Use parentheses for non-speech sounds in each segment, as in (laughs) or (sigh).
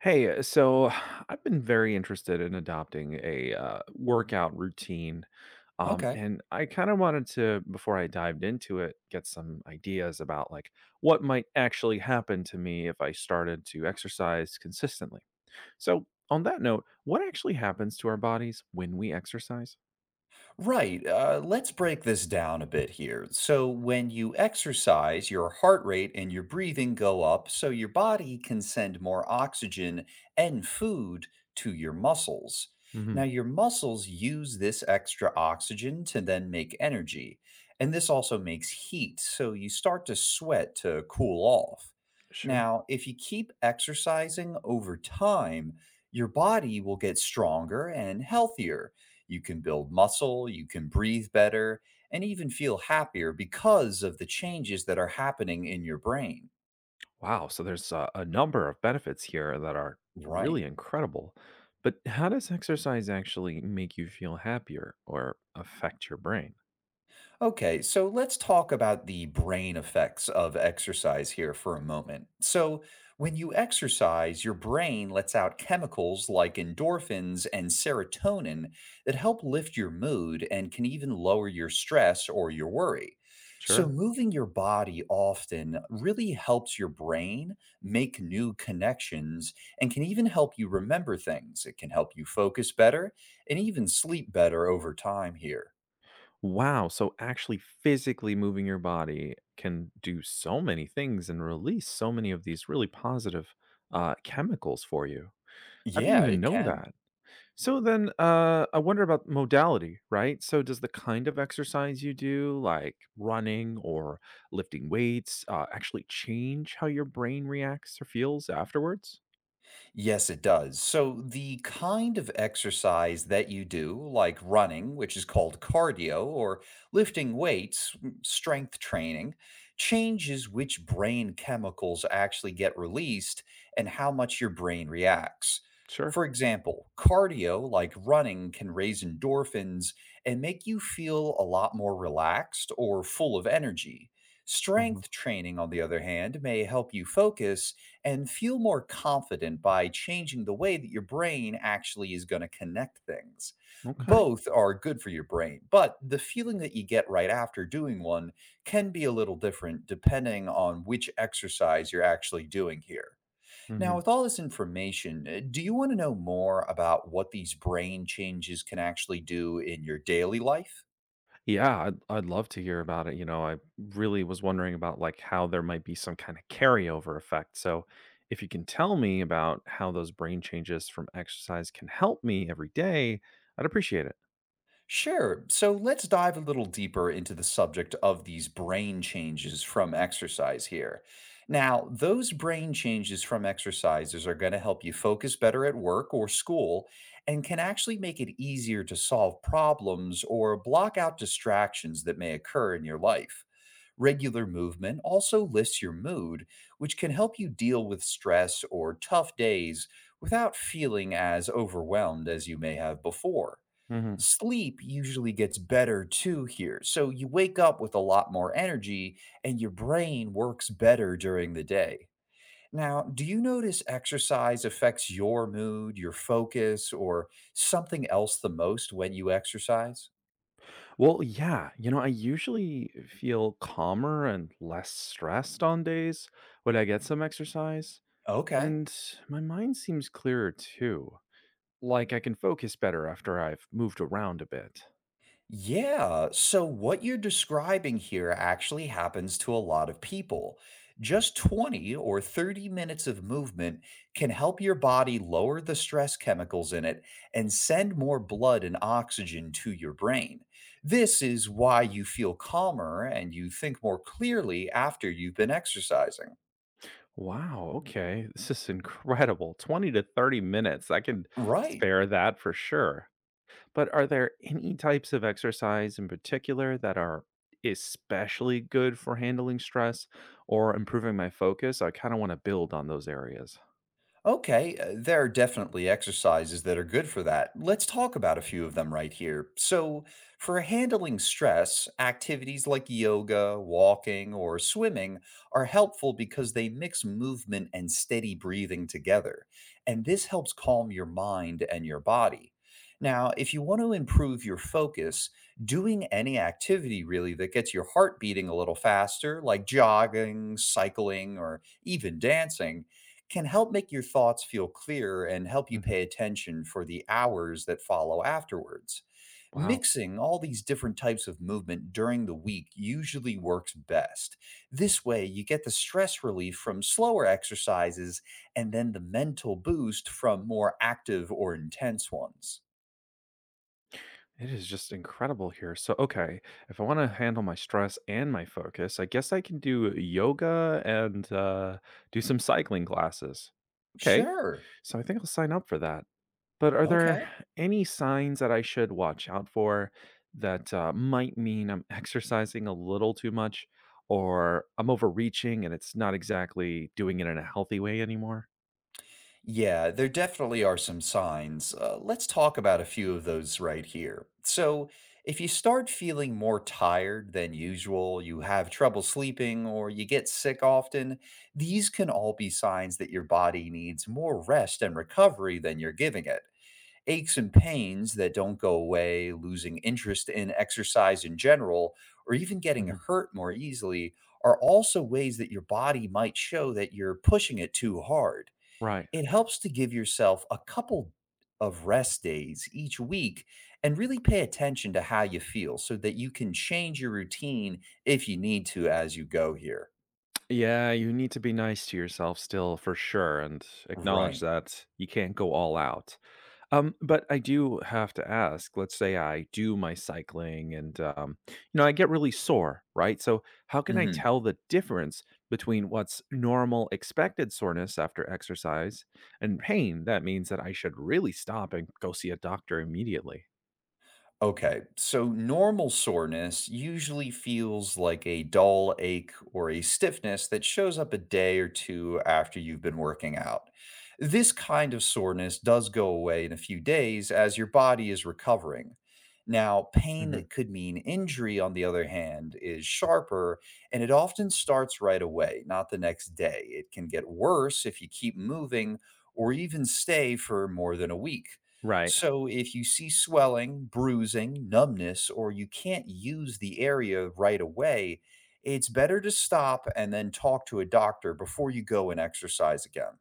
Hey, so, I've been very interested in adopting a workout routine. Um, Okay. and I kind of wanted to, before I dived into it, get some ideas about like what might actually happen to me if I started to exercise consistently. So, on that note, what actually happens to our bodies when we exercise? Right. Let's break this down a bit here. So, when you exercise, your heart rate and your breathing go up, so your body can send more oxygen and food to your muscles. Now, Hmm. your muscles use this extra oxygen to then make energy. And this also makes heat, so you start to sweat to cool off. Sure. Now, if you keep exercising over time, your body will get stronger and healthier. You can build muscle, you can breathe better, and even feel happier because of the changes that are happening in your brain. Wow, so there's a number of benefits here that are Right. really incredible. But how does exercise actually make you feel happier or affect your brain? Okay, so let's talk about the brain effects of exercise here for a moment. So, when you exercise, your brain lets out chemicals like endorphins and serotonin that help lift your mood and can even lower your stress or your worry. So, Sure. moving your body often really helps your brain make new connections and can even help you remember things. It can help you focus better and even sleep better over time here. Wow, so actually physically moving your body can do so many things and release so many of these really positive chemicals for you. I didn't Yeah, even it know can. that. So then, I wonder about modality, right? So, does the kind of exercise you do, like running or lifting weights, actually change how your brain reacts or feels afterwards? Yes, it does. So, the kind of exercise that you do, like running, which is called cardio, or lifting weights, strength training, changes which brain chemicals actually get released and how much your brain reacts. Sure. For example, cardio, like running, can raise endorphins and make you feel a lot more relaxed or full of energy. Uh-huh. Strength training, on the other hand, may help you focus and feel more confident by changing the way that your brain actually is going to connect things. Okay. Both are good for your brain, but the feeling that you get right after doing one can be a little different depending on which exercise you're actually doing here. Now, Hmm. with all this information, do you want to know more about what these brain changes can actually do in your daily life? Yeah, I'd love to hear about it. You know, I really was wondering about like how there might be some kind of carryover effect. So, if you can tell me about how those brain changes from exercise can help me every day, I'd appreciate it. Sure. So let's dive a little deeper into the subject of these brain changes from exercise here. Now, those brain changes from exercises are going to help you focus better at work or school and can actually make it easier to solve problems or block out distractions that may occur in your life. Regular movement also lifts your mood, which can help you deal with stress or tough days without feeling as overwhelmed as you may have before. Mhm. Sleep usually gets better too here. So you wake up with a lot more energy and your brain works better during the day. Now, do you notice exercise affects your mood, your focus, or something else the most when you exercise? Well, yeah, you know, I usually feel calmer and less stressed on days when I get some exercise, Okay. and my mind seems clearer too. Like I can focus better after I've moved around a bit. Yeah, so what you're describing here actually happens to a lot of people. Just 20 or 30 minutes of movement can help your body lower the stress chemicals in it and send more blood and oxygen to your brain. This is why you feel calmer and you think more clearly after you've been exercising. Wow, okay. This is incredible. 20 to 30 minutes. I can Right. spare that for sure. But are there any types of exercise in particular that are especially good for handling stress or improving my focus? I kind of want to build on those areas. Okay, there are definitely exercises that are good for that. Let's talk about a few of them right here. So, for handling stress, activities like yoga, walking, or swimming are helpful because they mix movement and steady breathing together. And this helps calm your mind and your body. Now, if you want to improve your focus, doing any activity really that gets your heart beating a little faster, like jogging, cycling, or even dancing, can help make your thoughts feel clearer and help you Mhm. pay attention for the hours that follow afterwards. Wow. Mixing all these different types of movement during the week usually works best. This way, you get the stress relief from slower exercises and then the mental boost from more active or intense ones. It is just incredible here. So, okay, if I want to handle my stress and my focus, I guess I can do yoga and do some cycling classes. Okay. Sure. So I think I'll sign up for that. But are there Okay. any signs that I should watch out for that might mean I'm exercising a little too much or I'm overreaching and it's not exactly doing it in a healthy way anymore? Yeah, there definitely are some signs. Let's talk about a few of those right here. So, if you start feeling more tired than usual, you have trouble sleeping, or you get sick often, these can all be signs that your body needs more rest and recovery than you're giving it. Aches and pains that don't go away, losing interest in exercise in general, or even getting Hmm. hurt more easily are also ways that your body might show that you're pushing it too hard. Right. It helps to give yourself a couple of rest days each week and really pay attention to how you feel so that you can change your routine if you need to as you go here. Yeah, you need to be nice to yourself still for sure and acknowledge Right. that you can't go all out. But I do have to ask, let's say I do my cycling and, you know, I get really sore, right? So how can I Mhm. tell the difference between what's normal expected soreness after exercise and pain that means that I should really stop and go see a doctor immediately? Okay, so normal soreness usually feels like a dull ache or a stiffness that shows up a day or two after you've been working out. This kind of soreness does go away in a few days as your body is recovering. Now, pain Hmm. that could mean injury, on the other hand, is sharper and it often starts right away, not the next day. It can get worse if you keep moving or even stay for more than a week. Right. So, if you see swelling, bruising, numbness, or you can't use the area right away, it's better to stop and then talk to a doctor before you go and exercise again.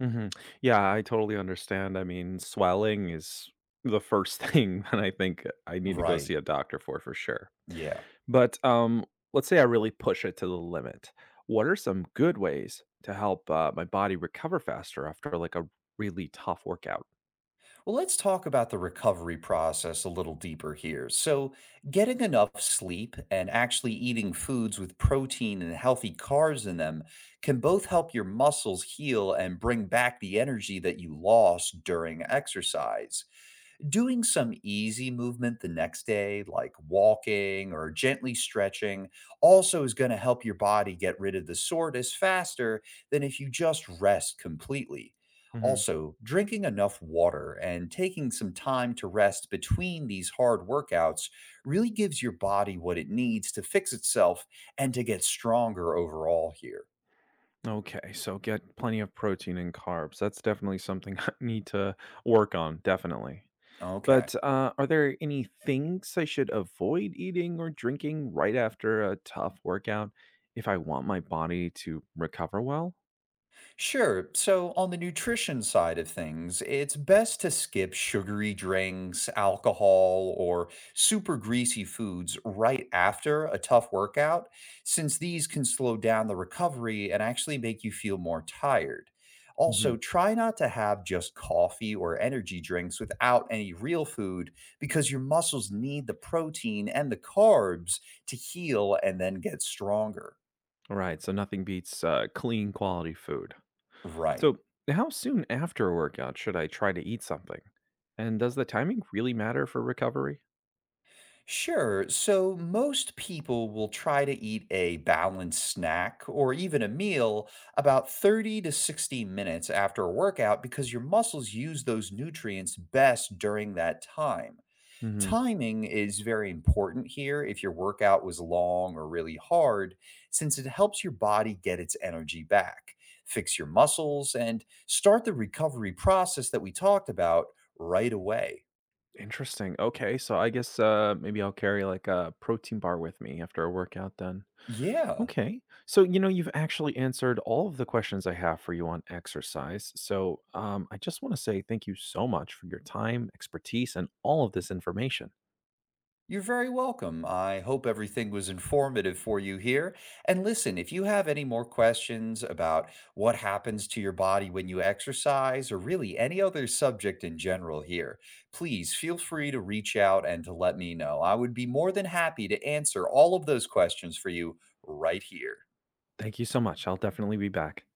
Hmm. Yeah, I totally understand. I mean, swelling is the first thing (laughs) that I think I need to go Right. see a doctor for sure. Yeah. But, let's say I really push it to the limit. What are some good ways to help, my body recover faster after, like, a really tough workout? Well, let's talk about the recovery process a little deeper here. So, getting enough sleep and actually eating foods with protein and healthy carbs in them can both help your muscles heal and bring back the energy that you lost during exercise. Doing some easy movement the next day, like walking or gently stretching, also is going to help your body get rid of the soreness faster than if you just rest completely. Mhm. Also, drinking enough water and taking some time to rest between these hard workouts really gives your body what it needs to fix itself and to get stronger overall here. Okay, so get plenty of protein and carbs. That's definitely something (laughs) I need to work on, definitely. Okay. But, are there any things I should avoid eating or drinking right after a tough workout if I want my body to recover well? Sure. So, on the nutrition side of things, it's best to skip sugary drinks, alcohol, or super greasy foods right after a tough workout, since these can slow down the recovery and actually make you feel more tired. Also, Mhm. try not to have just coffee or energy drinks without any real food because your muscles need the protein and the carbs to heal and then get stronger. Right, so nothing beats, clean quality food. Right. So, how soon after a workout should I try to eat something? And does the timing really matter for recovery? Sure. So most people will try to eat a balanced snack or even a meal about 30 to 60 minutes after a workout because your muscles use those nutrients best during that time. Hmm. Timing is very important here if your workout was long or really hard, since it helps your body get its energy back, fix your muscles, and start the recovery process that we talked about right away. Interesting. Okay, so I guess maybe I'll carry like a protein bar with me after a workout then. Yeah. Okay, so you know you've actually answered all of the questions I have for you on exercise. So I just want to say thank you so much for your time, expertise, and all of this information. You're very welcome. I hope everything was informative for you here. And listen, if you have any more questions about what happens to your body when you exercise or really any other subject in general here, please feel free to reach out and to let me know. I would be more than happy to answer all of those questions for you right here. Thank you so much. I'll definitely be back.